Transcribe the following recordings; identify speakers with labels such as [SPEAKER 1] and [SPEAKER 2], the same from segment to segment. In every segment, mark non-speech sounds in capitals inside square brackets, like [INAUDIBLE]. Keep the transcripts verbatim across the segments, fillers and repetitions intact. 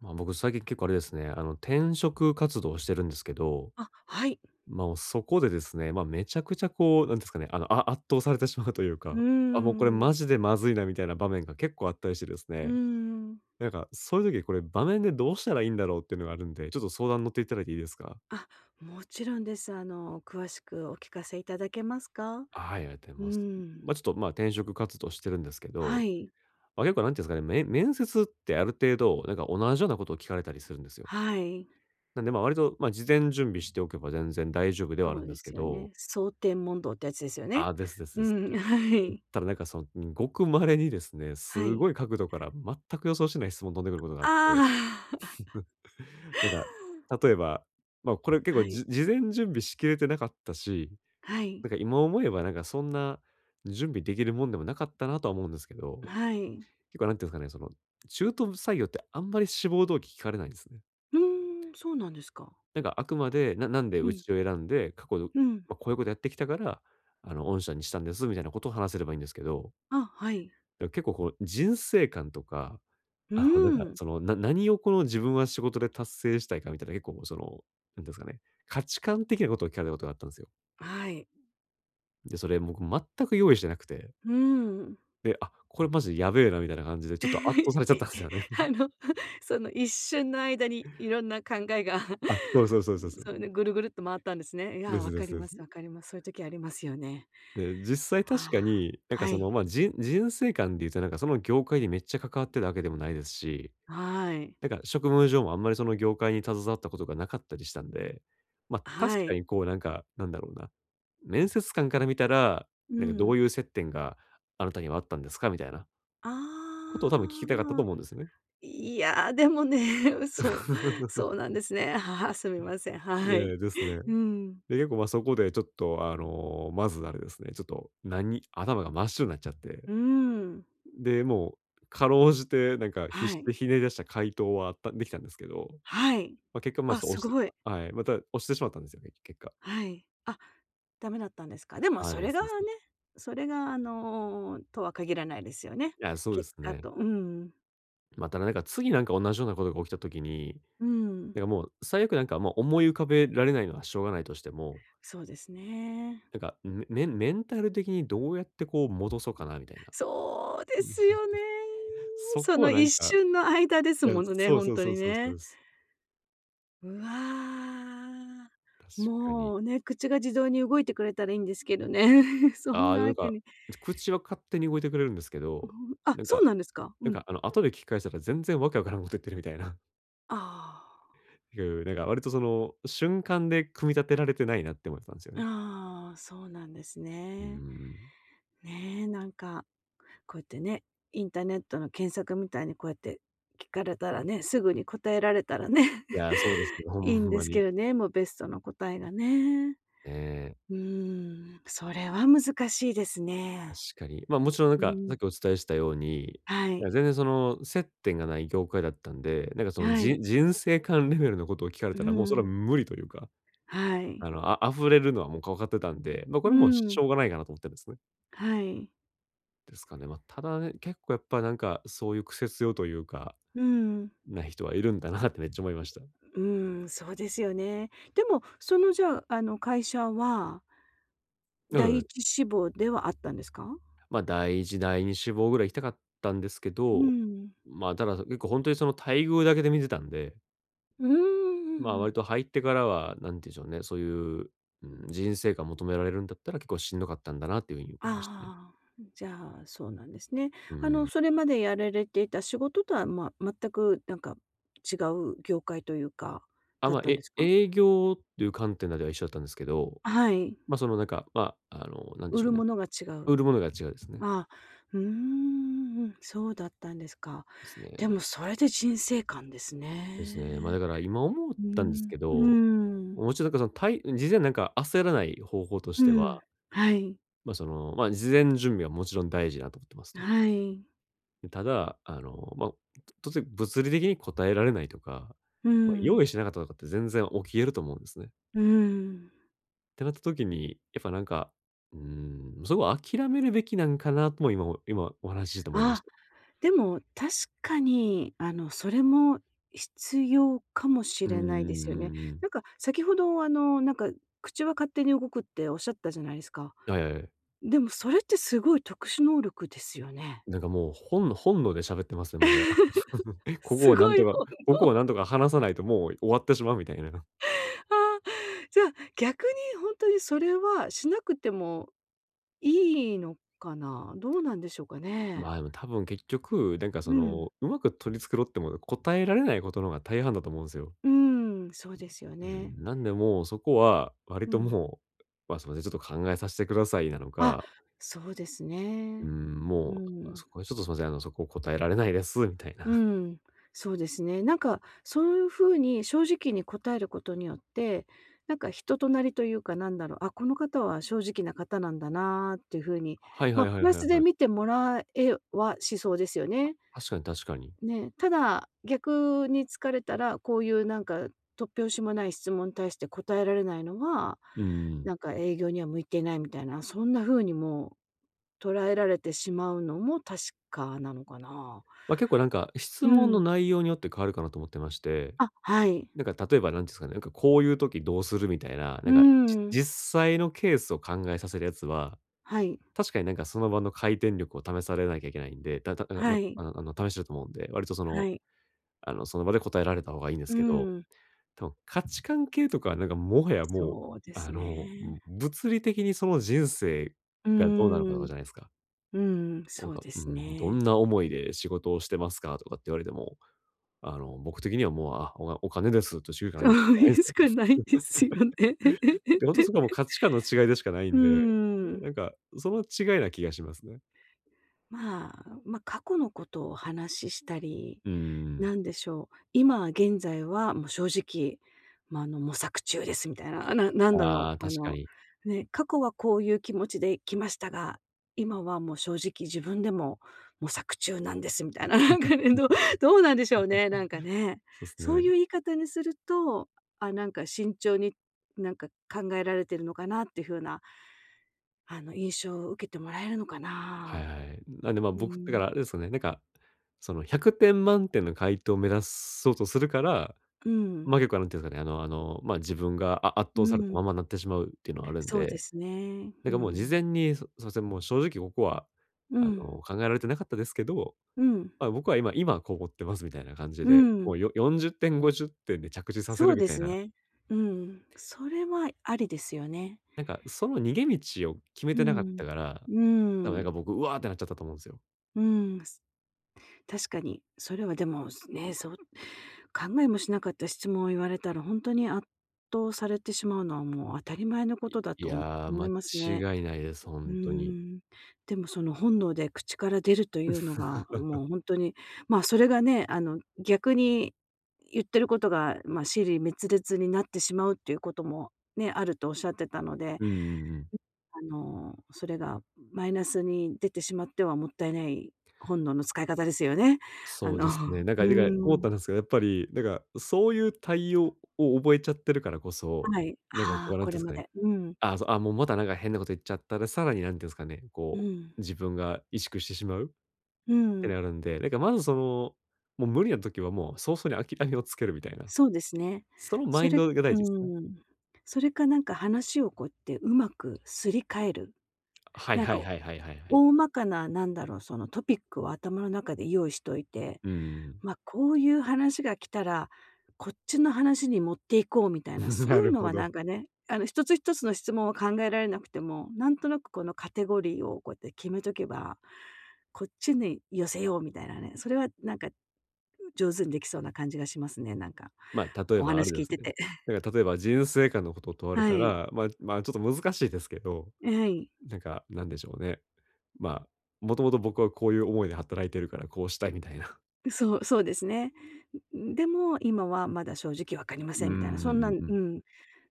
[SPEAKER 1] まあ、僕最近結構あれですね、あの、転職活動をしてるんですけど、
[SPEAKER 2] あ、はい。
[SPEAKER 1] まあ、そこでですね、まあ、めちゃくちゃこう、なんですかね、あの、あ圧倒されてしまうという
[SPEAKER 2] う
[SPEAKER 1] か、
[SPEAKER 2] ー
[SPEAKER 1] あ、もうこれ
[SPEAKER 2] ん。
[SPEAKER 1] マジでまずいなみたいな場面が結構あったりしてです
[SPEAKER 2] うー
[SPEAKER 1] ね、
[SPEAKER 2] ん。
[SPEAKER 1] なんかそういう時これ場面でどうしたらいいんだろうっていうのがあるんで、ちょっと相談乗っていただいていいですか？
[SPEAKER 2] あ、もちろんです。あの、詳しくお聞かせいただけますか？う
[SPEAKER 1] あ、はい、ありがとうござ
[SPEAKER 2] ー
[SPEAKER 1] います。
[SPEAKER 2] ん。
[SPEAKER 1] まあ、ちょっと、まあ、転職活動してるんですけ
[SPEAKER 2] は
[SPEAKER 1] ど、
[SPEAKER 2] い。
[SPEAKER 1] まあ、結構なんていうんですかね、め面接ってある程度、なんか同じようなことを聞かれたりするんですよ。
[SPEAKER 2] はい。
[SPEAKER 1] なんで、まあ、割と、まあ、事前準備しておけば全然大丈夫ではあ
[SPEAKER 2] そ
[SPEAKER 1] るん
[SPEAKER 2] う
[SPEAKER 1] で
[SPEAKER 2] で
[SPEAKER 1] すけ
[SPEAKER 2] すよ
[SPEAKER 1] ど、
[SPEAKER 2] ね。蒼天問答ってやつですよね。
[SPEAKER 1] あ、ですです
[SPEAKER 2] う
[SPEAKER 1] です。
[SPEAKER 2] ん、[LAUGHS] はい。
[SPEAKER 1] ただなんかその、ん、ごく稀にですね、
[SPEAKER 2] は
[SPEAKER 1] す
[SPEAKER 2] い。
[SPEAKER 1] ごい角度から全く予想しない質問飛んでくることがあって。
[SPEAKER 2] ああ。
[SPEAKER 1] [LAUGHS] なんか、
[SPEAKER 2] [LAUGHS]
[SPEAKER 1] 例えば、ま、これ結構
[SPEAKER 2] はい。
[SPEAKER 1] じ事前準備しきれてなかったし、
[SPEAKER 2] はい。
[SPEAKER 1] なんか今思えばなんかそんな準備できるもんでもなかったなとは思うんですけど、
[SPEAKER 2] はい。
[SPEAKER 1] 結構なんていうんですかね、その、中途採用ってあんまり志望動機聞かれないんですね。
[SPEAKER 2] うーん、そうなんですか。
[SPEAKER 1] なんかあくまで、ななんで
[SPEAKER 2] う
[SPEAKER 1] う
[SPEAKER 2] ん、
[SPEAKER 1] ちを選んで、過去、ま
[SPEAKER 2] うん。
[SPEAKER 1] あ、こういうことやってきたから、あの、御社にしたんですみたいなことを話せればいいんですけど、
[SPEAKER 2] あ、はい。
[SPEAKER 1] だ、結構こう、人生観とか、
[SPEAKER 2] う
[SPEAKER 1] あの、なんか、
[SPEAKER 2] ーん。
[SPEAKER 1] その、な何をこの自分は仕事で達成したいかみたいな、結構その、なんていうんですかね、価値観的なことを聞かれたことがあったんですよ。
[SPEAKER 2] はい。
[SPEAKER 1] で、それ僕全く用意してなくて、
[SPEAKER 2] うーん。
[SPEAKER 1] で、あ、これマジやべえなみたいな感じで、
[SPEAKER 2] [LAUGHS]
[SPEAKER 1] ちょっと圧倒されちゃっ
[SPEAKER 2] い
[SPEAKER 1] たんですよね。[LAUGHS]
[SPEAKER 2] あの、[LAUGHS] その一瞬の間にいろんな考えが
[SPEAKER 1] あ、そうそうそうそう
[SPEAKER 2] [LAUGHS]、
[SPEAKER 1] そう。
[SPEAKER 2] それでぐるぐるっと回ったんですね。いや
[SPEAKER 1] で
[SPEAKER 2] ー、
[SPEAKER 1] す
[SPEAKER 2] わ
[SPEAKER 1] で
[SPEAKER 2] か
[SPEAKER 1] す
[SPEAKER 2] り
[SPEAKER 1] で
[SPEAKER 2] ます、わ
[SPEAKER 1] す。
[SPEAKER 2] かります。そういう時ありますよね。
[SPEAKER 1] で、実際
[SPEAKER 2] わ
[SPEAKER 1] 確か
[SPEAKER 2] あ、
[SPEAKER 1] に、なんか
[SPEAKER 2] は
[SPEAKER 1] その、
[SPEAKER 2] い。
[SPEAKER 1] ま、あ人人生観で言うと、なんかその業界にめっちゃ関わってるわけでもないですし、
[SPEAKER 2] はい。
[SPEAKER 1] なんか職務上もあんまりその業界に携わったことがなかったりしたんで、ま、確
[SPEAKER 2] は
[SPEAKER 1] か
[SPEAKER 2] い。
[SPEAKER 1] にこうなんか、なんだろうな、面接官から見たら、
[SPEAKER 2] う
[SPEAKER 1] なんかどう
[SPEAKER 2] ん。
[SPEAKER 1] いう接点があなたにはあったんですかみたいな
[SPEAKER 2] あ
[SPEAKER 1] ことを多分聞きたかったと
[SPEAKER 2] あ。
[SPEAKER 1] 思うんですね。
[SPEAKER 2] いやー、でもね、[LAUGHS] そう、そ
[SPEAKER 1] [LAUGHS]
[SPEAKER 2] うなんですね。[LAUGHS] はあ、すみません。
[SPEAKER 1] い
[SPEAKER 2] は
[SPEAKER 1] や、
[SPEAKER 2] い。
[SPEAKER 1] ですね。
[SPEAKER 2] うん。
[SPEAKER 1] で、結構ま、そこでちょっとあの、まずあれですね、ちょっと、何頭が真っ白になっちゃって、
[SPEAKER 2] うん。
[SPEAKER 1] で、もう辛うじてなんか必死
[SPEAKER 2] はい。
[SPEAKER 1] でひねり出した回答はあったできたんですけど、
[SPEAKER 2] はい。
[SPEAKER 1] ま、結果ま、ちょ
[SPEAKER 2] あ、
[SPEAKER 1] っと押
[SPEAKER 2] す
[SPEAKER 1] して、
[SPEAKER 2] ごい。
[SPEAKER 1] はい、また押してしまったんですよね、結果。
[SPEAKER 2] はい。あ、ダメだったんですか。でも
[SPEAKER 1] ああ、
[SPEAKER 2] そ
[SPEAKER 1] で
[SPEAKER 2] れ
[SPEAKER 1] す
[SPEAKER 2] がね、
[SPEAKER 1] です。
[SPEAKER 2] それがあの、とは限らないですよね。
[SPEAKER 1] いや、そうで
[SPEAKER 2] 結
[SPEAKER 1] す
[SPEAKER 2] 果
[SPEAKER 1] ね。
[SPEAKER 2] と、うん、
[SPEAKER 1] またなんか次なんか同じようなことが起きたときに、
[SPEAKER 2] うん。
[SPEAKER 1] なんかもう最悪なんかもう思い浮かべられないのはしょうがないとしても、
[SPEAKER 2] そうですね。
[SPEAKER 1] なんか、メメンメンタル的にどうやってこう戻そうかなみたいな。
[SPEAKER 2] そうで
[SPEAKER 1] うん。
[SPEAKER 2] すよね。
[SPEAKER 1] そ
[SPEAKER 2] そ
[SPEAKER 1] こは
[SPEAKER 2] の
[SPEAKER 1] なん
[SPEAKER 2] 一
[SPEAKER 1] か、
[SPEAKER 2] 瞬の間です
[SPEAKER 1] いや、
[SPEAKER 2] ものね、
[SPEAKER 1] そう
[SPEAKER 2] ほん
[SPEAKER 1] そう
[SPEAKER 2] と
[SPEAKER 1] そう
[SPEAKER 2] に
[SPEAKER 1] そうそうで
[SPEAKER 2] ね。
[SPEAKER 1] す。
[SPEAKER 2] うわ。
[SPEAKER 1] 確かに。
[SPEAKER 2] もうね、口が自動に動いてくれたらいいんですけどね。[LAUGHS] そ
[SPEAKER 1] あ
[SPEAKER 2] ん
[SPEAKER 1] あ、
[SPEAKER 2] な
[SPEAKER 1] なん
[SPEAKER 2] わけ
[SPEAKER 1] か、
[SPEAKER 2] に。
[SPEAKER 1] 口は勝手に動いてくれるんですけ
[SPEAKER 2] うん、
[SPEAKER 1] ど、
[SPEAKER 2] あ、
[SPEAKER 1] なん
[SPEAKER 2] そう
[SPEAKER 1] か
[SPEAKER 2] なんですか？
[SPEAKER 1] な
[SPEAKER 2] う
[SPEAKER 1] ん
[SPEAKER 2] ん。
[SPEAKER 1] かあの後で聞き返したら全然わけわからんこと言ってるみたいな。
[SPEAKER 2] あ
[SPEAKER 1] [LAUGHS] いう、なんか割とその瞬間で組み立てられてないなって思ってたんですよね。
[SPEAKER 2] あ、ああ、そうなんです
[SPEAKER 1] う
[SPEAKER 2] ね。
[SPEAKER 1] ん。
[SPEAKER 2] ね、なんかこうやってね、インターネットの検索みたいにこうやって聞かれたらね、すぐに答えられたらね、
[SPEAKER 1] いや、そうですね、
[SPEAKER 2] [LAUGHS]
[SPEAKER 1] ほ
[SPEAKER 2] いいん
[SPEAKER 1] ん
[SPEAKER 2] で
[SPEAKER 1] ま
[SPEAKER 2] すけ
[SPEAKER 1] に。
[SPEAKER 2] どね、もうベストの答えがね。
[SPEAKER 1] ねえ、
[SPEAKER 2] うーん、それは難しいですね。
[SPEAKER 1] 確かに。ま、もちろんなん
[SPEAKER 2] う
[SPEAKER 1] か、さっ
[SPEAKER 2] ん、
[SPEAKER 1] きお伝えしたように、
[SPEAKER 2] は
[SPEAKER 1] な
[SPEAKER 2] い、
[SPEAKER 1] んか全然その接点がない業界だったんで、なんかその
[SPEAKER 2] は
[SPEAKER 1] じ
[SPEAKER 2] い、
[SPEAKER 1] 人生観レベルのことを聞かれ
[SPEAKER 2] う
[SPEAKER 1] たら、もうそれは
[SPEAKER 2] ん、
[SPEAKER 1] 無理というか、
[SPEAKER 2] はい、
[SPEAKER 1] あの、あ溢れるのはもう分かってたんで、ま、こ
[SPEAKER 2] う
[SPEAKER 1] れはもうし
[SPEAKER 2] ん、
[SPEAKER 1] ょうがないかなと思ってるんですね。
[SPEAKER 2] はい、
[SPEAKER 1] ですかね。ま、ただね、結構やっぱなんか、そういうクセ強というか、
[SPEAKER 2] うん、
[SPEAKER 1] な人はいるんだなってめっちゃ思いました。
[SPEAKER 2] うん、そうですよね。でも、そのじゃあ、あの会社は、
[SPEAKER 1] う
[SPEAKER 2] 第
[SPEAKER 1] ん。
[SPEAKER 2] 一志望ではあったんですか？
[SPEAKER 1] ま、第一第二志望ぐらい行きたかったんですけ
[SPEAKER 2] う
[SPEAKER 1] ど、
[SPEAKER 2] ん、
[SPEAKER 1] ま、ただ結構本当にその待遇だけで見てたんで、
[SPEAKER 2] う
[SPEAKER 1] まあ、
[SPEAKER 2] ー
[SPEAKER 1] 割
[SPEAKER 2] ん。
[SPEAKER 1] と入ってからは、なんていうんでしょうね、そういう、うん、人生観求められるんだったら結構しんどかったんだなっていう風に思いましたね。
[SPEAKER 2] ああ、じゃあ、そうなんですね。
[SPEAKER 1] う
[SPEAKER 2] あの、
[SPEAKER 1] ん。
[SPEAKER 2] それまでやられていた仕事とは、まあ、全くなんか違う業界というか、
[SPEAKER 1] あ、
[SPEAKER 2] だっ
[SPEAKER 1] まあ、
[SPEAKER 2] たんで
[SPEAKER 1] え
[SPEAKER 2] すか？
[SPEAKER 1] 営業っていう観点では一緒だったんですけど、
[SPEAKER 2] はい、
[SPEAKER 1] ま、そのなんか、まあ、あの、なんで
[SPEAKER 2] 売
[SPEAKER 1] しょ
[SPEAKER 2] る
[SPEAKER 1] うね、
[SPEAKER 2] ものが違う。
[SPEAKER 1] 売るものが違うですね。
[SPEAKER 2] ああ、うーん、そうだったんですか。
[SPEAKER 1] です
[SPEAKER 2] で
[SPEAKER 1] ね。
[SPEAKER 2] もそれで人生観です
[SPEAKER 1] ですね。ま、だ
[SPEAKER 2] ね。
[SPEAKER 1] から今思っ
[SPEAKER 2] うー
[SPEAKER 1] たんです
[SPEAKER 2] ん、
[SPEAKER 1] け
[SPEAKER 2] うー
[SPEAKER 1] ど、
[SPEAKER 2] ん、
[SPEAKER 1] もちろんなんかその、対事前なんか焦らない方法とし
[SPEAKER 2] う
[SPEAKER 1] ては、
[SPEAKER 2] ん、はい、
[SPEAKER 1] ま、その、ま、事前準備はもちろん大事だなと思ってますと。
[SPEAKER 2] はい、
[SPEAKER 1] ただ、あの、まあ、当然物理的に答えられないとか、
[SPEAKER 2] う
[SPEAKER 1] まあ、用
[SPEAKER 2] ん、
[SPEAKER 1] 意しなかったとかって全然起きえると思うんですね。
[SPEAKER 2] うん。
[SPEAKER 1] ってなった時に、やっぱなんか、うーん、そこは諦めるべきなんかなとも今お今お話しして思いまし
[SPEAKER 2] ああ。
[SPEAKER 1] た。
[SPEAKER 2] でも、確かに、あの、それも必要かもし
[SPEAKER 1] うんう
[SPEAKER 2] れ
[SPEAKER 1] ん
[SPEAKER 2] ないで
[SPEAKER 1] う
[SPEAKER 2] すよね。
[SPEAKER 1] んうんうん。
[SPEAKER 2] なんか、先ほど、あの、なんか、口は勝手に動くっておっしゃったじゃないですか。
[SPEAKER 1] はいはいはい。
[SPEAKER 2] でもそれってすごい特殊能力ですよね。
[SPEAKER 1] なんかもう本本能で喋ってますね、もはや。[LAUGHS] ここ
[SPEAKER 2] す
[SPEAKER 1] をなん
[SPEAKER 2] ご
[SPEAKER 1] と
[SPEAKER 2] い
[SPEAKER 1] か
[SPEAKER 2] 本
[SPEAKER 1] ここをなん
[SPEAKER 2] 能。
[SPEAKER 1] とか話さないともう終わってしまうみたいな。[LAUGHS]
[SPEAKER 2] ああ、じゃあ、逆に本当にそれはしなくてもいいのかな？どうなんでしょうかね？
[SPEAKER 1] まあ、でも多分結局、なんかそ
[SPEAKER 2] うん。
[SPEAKER 1] の、うまく取り繕っても答えられないことの方が大半だと思うんですよ。
[SPEAKER 2] うん、そうですよ
[SPEAKER 1] う
[SPEAKER 2] ね。
[SPEAKER 1] ん、なんでもうそこは割
[SPEAKER 2] う
[SPEAKER 1] と
[SPEAKER 2] ん。
[SPEAKER 1] もう、まあ、すみません、ちょっと考えさせてくださいなの
[SPEAKER 2] あ、
[SPEAKER 1] か、
[SPEAKER 2] そうです
[SPEAKER 1] う
[SPEAKER 2] ね。
[SPEAKER 1] ん、
[SPEAKER 2] う
[SPEAKER 1] もう、あ、
[SPEAKER 2] ん。
[SPEAKER 1] そこちょっとすみません、あの、そこ答えられないですみたい
[SPEAKER 2] う
[SPEAKER 1] な。[LAUGHS]
[SPEAKER 2] ん、そうですね。なんか、そういうふうに正直に答えることによって、なんか人となりというか、なんだろう、あ、この方は正直な方なんだなっていうふうに、
[SPEAKER 1] はいは
[SPEAKER 2] ま
[SPEAKER 1] い
[SPEAKER 2] あ、
[SPEAKER 1] は
[SPEAKER 2] プ
[SPEAKER 1] い
[SPEAKER 2] ラ
[SPEAKER 1] は
[SPEAKER 2] ス
[SPEAKER 1] い
[SPEAKER 2] で
[SPEAKER 1] はい。
[SPEAKER 2] 見てもらえはしそうですよね。
[SPEAKER 1] 確かに確かに。
[SPEAKER 2] ね、ただ、逆に疲れたら、こういうなんか突拍子もない質問に対して答えられないのは、
[SPEAKER 1] うんま
[SPEAKER 2] なん
[SPEAKER 1] あ
[SPEAKER 2] か営業には向いていないみたいな、そんな風にも捉えられてしまうのも確かなのかな。
[SPEAKER 1] 結構なんか質
[SPEAKER 2] う
[SPEAKER 1] 問の
[SPEAKER 2] ん。
[SPEAKER 1] 内容によって変わるかなと思ってまして、
[SPEAKER 2] あ、はい。
[SPEAKER 1] なんか例えばなんすかね、なんかこういう時どうするみたいな、なん
[SPEAKER 2] う
[SPEAKER 1] か、じ
[SPEAKER 2] ん。
[SPEAKER 1] 実際のケースを考えさせるやつは、
[SPEAKER 2] はい。
[SPEAKER 1] 確かになんかその場の回転力を試されなきゃいけないんで、たたあ、ま、
[SPEAKER 2] はい。
[SPEAKER 1] ああの、試してると思うんで、割とその
[SPEAKER 2] はい。
[SPEAKER 1] あの、その場で答えられた方がいいんです
[SPEAKER 2] う
[SPEAKER 1] けど、
[SPEAKER 2] ん。
[SPEAKER 1] 多分価値観系とかはなんかもはやもう、
[SPEAKER 2] そうで
[SPEAKER 1] あ
[SPEAKER 2] す
[SPEAKER 1] の、う
[SPEAKER 2] ね。
[SPEAKER 1] ん、物理的にその人生
[SPEAKER 2] うー
[SPEAKER 1] がどうなのかとか
[SPEAKER 2] ん。
[SPEAKER 1] じゃないですか。
[SPEAKER 2] うん、
[SPEAKER 1] なん
[SPEAKER 2] そう
[SPEAKER 1] か、
[SPEAKER 2] で
[SPEAKER 1] う
[SPEAKER 2] す
[SPEAKER 1] ん、どん
[SPEAKER 2] ね。
[SPEAKER 1] な思いで仕事をしてますかとかって言われても、あの、僕的にはもう、あ、お金お金ですとしかな
[SPEAKER 2] そ
[SPEAKER 1] い
[SPEAKER 2] う
[SPEAKER 1] ないん
[SPEAKER 2] い
[SPEAKER 1] す
[SPEAKER 2] うし
[SPEAKER 1] よ。
[SPEAKER 2] かないですよね。[LAUGHS]
[SPEAKER 1] で、本当そこはもう価値観の違いでしかない
[SPEAKER 2] う
[SPEAKER 1] ん
[SPEAKER 2] ー
[SPEAKER 1] で、
[SPEAKER 2] ん。
[SPEAKER 1] なんかその違いな気がしますね。
[SPEAKER 2] まあ、まあ、過去のことをお話ししたり
[SPEAKER 1] うん。
[SPEAKER 2] なんでしょう、今現在はもう正直、まあ、あの、模索中ですみたいな、な [LAUGHS] なんだ
[SPEAKER 1] あ
[SPEAKER 2] ろ
[SPEAKER 1] あ、
[SPEAKER 2] う、あ
[SPEAKER 1] 確か
[SPEAKER 2] の、
[SPEAKER 1] に。
[SPEAKER 2] ね、過去はこういう気持ちで来ましたが、今はもう正直自分でも模索中なんですみたいな、[LAUGHS] なんかね、どう [LAUGHS] どうなんでしょうね、なんかね。
[SPEAKER 1] そうです
[SPEAKER 2] そう
[SPEAKER 1] ね。
[SPEAKER 2] いう言い方にすると、あ、なんか慎重になんか考えられてるのかなっていう風なあの、印象を受けてもらえるのか
[SPEAKER 1] はい
[SPEAKER 2] な。
[SPEAKER 1] はい。なんでまあ、
[SPEAKER 2] う
[SPEAKER 1] 僕、だか
[SPEAKER 2] ん。
[SPEAKER 1] らあれですよね、なんか、そのひゃくてん満点の回答を目指そうとするから、
[SPEAKER 2] うん。
[SPEAKER 1] まあ、結構なんていうんですかね、あのあの、まあ、自分があ圧
[SPEAKER 2] う
[SPEAKER 1] 倒されたま
[SPEAKER 2] ん。
[SPEAKER 1] まになってしまうっていうのはあるん
[SPEAKER 2] そうで
[SPEAKER 1] で、
[SPEAKER 2] すね。
[SPEAKER 1] なん
[SPEAKER 2] う
[SPEAKER 1] かもう事
[SPEAKER 2] ん。
[SPEAKER 1] 前に、そそうですね、もう正直ここは、
[SPEAKER 2] う
[SPEAKER 1] あ
[SPEAKER 2] ん。
[SPEAKER 1] の、考えられてなかったですけど、
[SPEAKER 2] うん。
[SPEAKER 1] まあ、僕は今今こう思ってますみたいな感じ
[SPEAKER 2] う
[SPEAKER 1] で、も
[SPEAKER 2] ん。
[SPEAKER 1] うよよんじゅってん、ごじゅってんで着地させ
[SPEAKER 2] そ
[SPEAKER 1] る
[SPEAKER 2] う
[SPEAKER 1] み
[SPEAKER 2] で
[SPEAKER 1] たい
[SPEAKER 2] す
[SPEAKER 1] な、
[SPEAKER 2] ね。うん。それはありですよね。
[SPEAKER 1] なんかその逃げ道を決め
[SPEAKER 2] う
[SPEAKER 1] てなかった
[SPEAKER 2] ん。
[SPEAKER 1] から、
[SPEAKER 2] う
[SPEAKER 1] 多分なんか
[SPEAKER 2] ん。
[SPEAKER 1] 僕、うわーってなっちゃったと思うんですよ。
[SPEAKER 2] うん。す確かに。それはでも、すね、そう考えもしなかった質問を言われたら、ほんとに圧倒されてしまうのは、もう当たり前のことだ
[SPEAKER 1] い
[SPEAKER 2] と
[SPEAKER 1] やー、
[SPEAKER 2] 思いますね。
[SPEAKER 1] 間違いないです、
[SPEAKER 2] うー
[SPEAKER 1] 本当に。
[SPEAKER 2] ん。でもその本能で口から出るというのが、もうほんとに、まあ、それがね、あの、逆に言ってることが、ま、支離滅裂になってしまうっていうこともね、あるとおっしゃってたので、
[SPEAKER 1] うんうんうん。
[SPEAKER 2] あの、それがマイナスに出てしまってはもったいない本能の使い方ですよね。あ
[SPEAKER 1] そう
[SPEAKER 2] の、
[SPEAKER 1] ですね。なん
[SPEAKER 2] う
[SPEAKER 1] か、だから
[SPEAKER 2] ー
[SPEAKER 1] 思っ
[SPEAKER 2] ん、
[SPEAKER 1] たんですけど、やっぱり、なんか、そういう対応を覚えちゃってるからこそ、
[SPEAKER 2] はい。
[SPEAKER 1] なんか
[SPEAKER 2] あ
[SPEAKER 1] こ
[SPEAKER 2] あ、
[SPEAKER 1] う、なん
[SPEAKER 2] こ
[SPEAKER 1] ていうんで
[SPEAKER 2] れ
[SPEAKER 1] すか
[SPEAKER 2] ま
[SPEAKER 1] ね、
[SPEAKER 2] で。うん、
[SPEAKER 1] あ、そう、あ、もうまたなんか変なこと言っちゃったら、さらになんていうんですかね、
[SPEAKER 2] う
[SPEAKER 1] こ
[SPEAKER 2] ん、
[SPEAKER 1] う、自分が萎縮してしまうっ
[SPEAKER 2] う
[SPEAKER 1] て
[SPEAKER 2] ん。
[SPEAKER 1] なるんで、なんかまずその、もう無理な時はもう早々に諦めをつけるみたいな。
[SPEAKER 2] そうですね。
[SPEAKER 1] そのマ
[SPEAKER 2] そ
[SPEAKER 1] イン
[SPEAKER 2] れ、
[SPEAKER 1] ドが大
[SPEAKER 2] う
[SPEAKER 1] 事ですね。
[SPEAKER 2] ん。それかなんか話をこうやってうまくすり替える。
[SPEAKER 1] はい
[SPEAKER 2] なん
[SPEAKER 1] はい
[SPEAKER 2] か
[SPEAKER 1] はいはいはいはい。
[SPEAKER 2] 大まかな、なんだろう、そのトピックを頭の中で用意しといて、
[SPEAKER 1] うん。
[SPEAKER 2] ま、こういう話が来たら、こっちの話に持っていこうみたいな、
[SPEAKER 1] [LAUGHS]
[SPEAKER 2] そ
[SPEAKER 1] な
[SPEAKER 2] うい
[SPEAKER 1] る
[SPEAKER 2] うの
[SPEAKER 1] ほ
[SPEAKER 2] はな
[SPEAKER 1] ど。
[SPEAKER 2] んかね、あの一つ一つの質問は考えられなくても、なんとなくこのカテゴリーをこうやって決めとけば、こっちに寄せようみたいなね、それはなんか上手にできそうな感じがしますね、なんか。
[SPEAKER 1] まあ、例え
[SPEAKER 2] お
[SPEAKER 1] ばあ
[SPEAKER 2] 話
[SPEAKER 1] れで
[SPEAKER 2] 聞い
[SPEAKER 1] す
[SPEAKER 2] て
[SPEAKER 1] ね。
[SPEAKER 2] て。
[SPEAKER 1] なんか例えば人生観のことを問われ
[SPEAKER 2] は
[SPEAKER 1] た
[SPEAKER 2] い。
[SPEAKER 1] ら、まあまあ、ちょっと難しいですけど
[SPEAKER 2] はい。
[SPEAKER 1] なんか、なんでしょうね。まあ、もともと僕はこういう思いで働いてるから、こうしたいみたいな。
[SPEAKER 2] そう、そうですね。んでも、今はまだ正直わかりま
[SPEAKER 1] うん
[SPEAKER 2] せ
[SPEAKER 1] う
[SPEAKER 2] ん
[SPEAKER 1] ん
[SPEAKER 2] みたいな、そん
[SPEAKER 1] う
[SPEAKER 2] な
[SPEAKER 1] ん
[SPEAKER 2] ん
[SPEAKER 1] うん。
[SPEAKER 2] うん、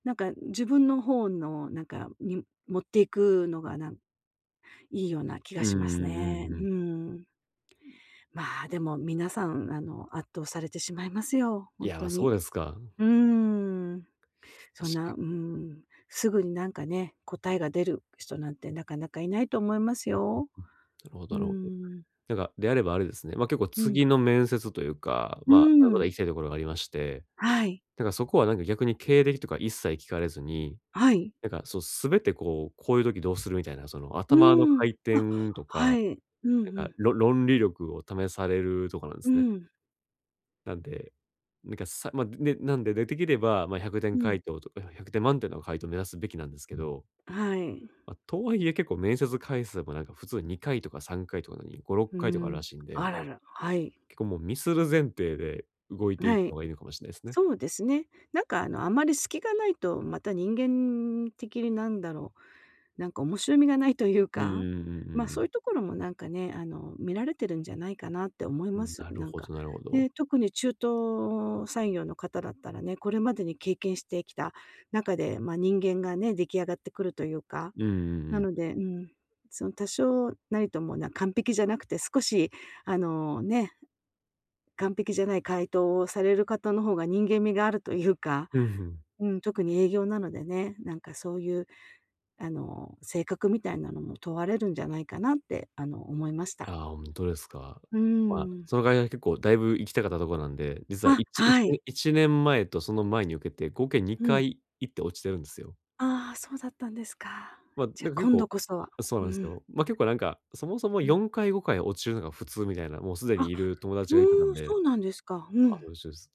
[SPEAKER 2] なんか自分の方のなんか、に持っていくのがなんいいような気が
[SPEAKER 1] うん
[SPEAKER 2] します
[SPEAKER 1] うん
[SPEAKER 2] ね。
[SPEAKER 1] うんうん。
[SPEAKER 2] うん。まあ、でも皆さん、あの、圧倒されてしまいますよ、
[SPEAKER 1] い
[SPEAKER 2] 本
[SPEAKER 1] や、
[SPEAKER 2] 当
[SPEAKER 1] そう
[SPEAKER 2] に。
[SPEAKER 1] ですか。確か
[SPEAKER 2] うーん。そんな、うーん、すぐになんかね、答えが出る人なんてなかなかいないと思います
[SPEAKER 1] に。
[SPEAKER 2] よ。
[SPEAKER 1] なるほど
[SPEAKER 2] うー
[SPEAKER 1] なるほど。
[SPEAKER 2] ん。
[SPEAKER 1] なんか、であればあれですね、ま、結構
[SPEAKER 2] うん。
[SPEAKER 1] 次の面接というか、
[SPEAKER 2] う
[SPEAKER 1] まあ、あ
[SPEAKER 2] ー
[SPEAKER 1] の、まだ
[SPEAKER 2] ん。
[SPEAKER 1] 行きたいところがありまして、
[SPEAKER 2] はい。
[SPEAKER 1] なんかそこはなんか逆に経歴とか一切聞かれずに、
[SPEAKER 2] はい。
[SPEAKER 1] なんかそう全てこう、こういう時どうするみたいな、その
[SPEAKER 2] う
[SPEAKER 1] 頭の
[SPEAKER 2] ーん。
[SPEAKER 1] 回
[SPEAKER 2] あ、
[SPEAKER 1] 転と
[SPEAKER 2] は
[SPEAKER 1] か、
[SPEAKER 2] い。うんう
[SPEAKER 1] なんか、
[SPEAKER 2] ん。
[SPEAKER 1] ろ論理力を試されるとかなんで
[SPEAKER 2] う
[SPEAKER 1] すね。
[SPEAKER 2] ん。
[SPEAKER 1] なんで、なんかさまあ、で、なんで、で、できれば、まあ、ひゃくてん
[SPEAKER 2] う
[SPEAKER 1] 回
[SPEAKER 2] ん。
[SPEAKER 1] 答とか、点満点の回答を目指すべきなんですけど、
[SPEAKER 2] はい。
[SPEAKER 1] まあ、とはいえ結構面接回数もなんか普通にかいとかさんかいとかなのに、ご、6
[SPEAKER 2] う
[SPEAKER 1] 回とかある
[SPEAKER 2] ん。
[SPEAKER 1] らしいんで、
[SPEAKER 2] あらら、はい。
[SPEAKER 1] 結構もうミスる前提で動いていっ
[SPEAKER 2] は
[SPEAKER 1] た
[SPEAKER 2] い。
[SPEAKER 1] 方がいいのかもしれないですね。
[SPEAKER 2] そうですね。なんか、あの、あんまり隙がないと、また人間的になんだろう、なんか面白みがないという
[SPEAKER 1] うんうんう
[SPEAKER 2] か、
[SPEAKER 1] んう
[SPEAKER 2] ま、そ
[SPEAKER 1] ん。
[SPEAKER 2] ういうところもなんかね、あの、見られてるんじゃないかなって思い
[SPEAKER 1] う
[SPEAKER 2] ま
[SPEAKER 1] ん、
[SPEAKER 2] す。
[SPEAKER 1] なる
[SPEAKER 2] なん
[SPEAKER 1] ほ
[SPEAKER 2] か。
[SPEAKER 1] どなるほど。
[SPEAKER 2] ね、特に中東産業の方だったらね、これまでに経験してきた中で、ま、人間がね、出来上がってくるというか
[SPEAKER 1] うんうんう
[SPEAKER 2] な
[SPEAKER 1] ん。
[SPEAKER 2] ので、うん、その多少なりともな完璧じゃなくて、少しあのね、完璧じゃない回答をされる方の方が人間味があるというか、
[SPEAKER 1] うん、ん。
[SPEAKER 2] うん、特に営業なのでね、なんかそういうあの性格みたいなのも問われるんじゃないかなってあの思いました。
[SPEAKER 1] ああ、ほですか。
[SPEAKER 2] う
[SPEAKER 1] まあ、
[SPEAKER 2] ん。
[SPEAKER 1] その会社結構だいぶ行きたかったところなんで、実は
[SPEAKER 2] あ、
[SPEAKER 1] いちい
[SPEAKER 2] は
[SPEAKER 1] ち
[SPEAKER 2] い。
[SPEAKER 1] いちねんまえとその前に受けて、合計
[SPEAKER 2] う
[SPEAKER 1] 2
[SPEAKER 2] ん。
[SPEAKER 1] 回行って落ちてるんですよ。
[SPEAKER 2] ああ、そうだったんですか。
[SPEAKER 1] まあ、
[SPEAKER 2] じゃ、
[SPEAKER 1] な
[SPEAKER 2] あ、
[SPEAKER 1] んか結
[SPEAKER 2] 今度
[SPEAKER 1] 構
[SPEAKER 2] こそは。
[SPEAKER 1] そうな
[SPEAKER 2] う
[SPEAKER 1] んです
[SPEAKER 2] ん、
[SPEAKER 1] よ。ま、結構なんか、そもそも
[SPEAKER 2] うん。
[SPEAKER 1] よんかいごかい落ちるのが普通みたいな、もうすでに
[SPEAKER 2] あ、
[SPEAKER 1] いる友達が言ってた
[SPEAKER 2] う
[SPEAKER 1] ん
[SPEAKER 2] ん、
[SPEAKER 1] で、
[SPEAKER 2] そうなんですか。う
[SPEAKER 1] あ、そ
[SPEAKER 2] ん。
[SPEAKER 1] うですそうです。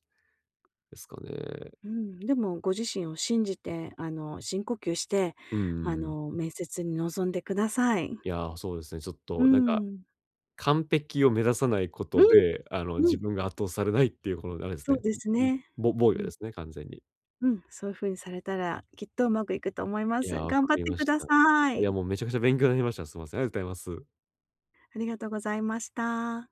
[SPEAKER 1] ですかね。
[SPEAKER 2] うん、でもご自身を信じて、あの、深呼吸して、
[SPEAKER 1] うんう
[SPEAKER 2] あ
[SPEAKER 1] んうん。
[SPEAKER 2] の、面接に臨んでください。
[SPEAKER 1] いや、そうですね、ちょっ
[SPEAKER 2] う
[SPEAKER 1] となんか、
[SPEAKER 2] ん。
[SPEAKER 1] 完璧を目指さないこ
[SPEAKER 2] う
[SPEAKER 1] と
[SPEAKER 2] ん、
[SPEAKER 1] で、あの、
[SPEAKER 2] う
[SPEAKER 1] 自
[SPEAKER 2] ん、
[SPEAKER 1] 分が圧倒されないっていうこのあれです
[SPEAKER 2] そ
[SPEAKER 1] ね、
[SPEAKER 2] うです
[SPEAKER 1] んん、
[SPEAKER 2] ね。
[SPEAKER 1] ぼ防御
[SPEAKER 2] う
[SPEAKER 1] で
[SPEAKER 2] ん、
[SPEAKER 1] すね、完全に。
[SPEAKER 2] うん、そういう風にされたら、きっとうまくいくと思いま
[SPEAKER 1] い
[SPEAKER 2] す。
[SPEAKER 1] や、わ
[SPEAKER 2] 頑
[SPEAKER 1] か
[SPEAKER 2] 張っ
[SPEAKER 1] り
[SPEAKER 2] て
[SPEAKER 1] ま
[SPEAKER 2] く
[SPEAKER 1] し
[SPEAKER 2] だ
[SPEAKER 1] た。
[SPEAKER 2] さ
[SPEAKER 1] いや、
[SPEAKER 2] い。
[SPEAKER 1] もうめちゃくちゃ勉強になりました。すいません、ありがとうございます。
[SPEAKER 2] ありがとうございました。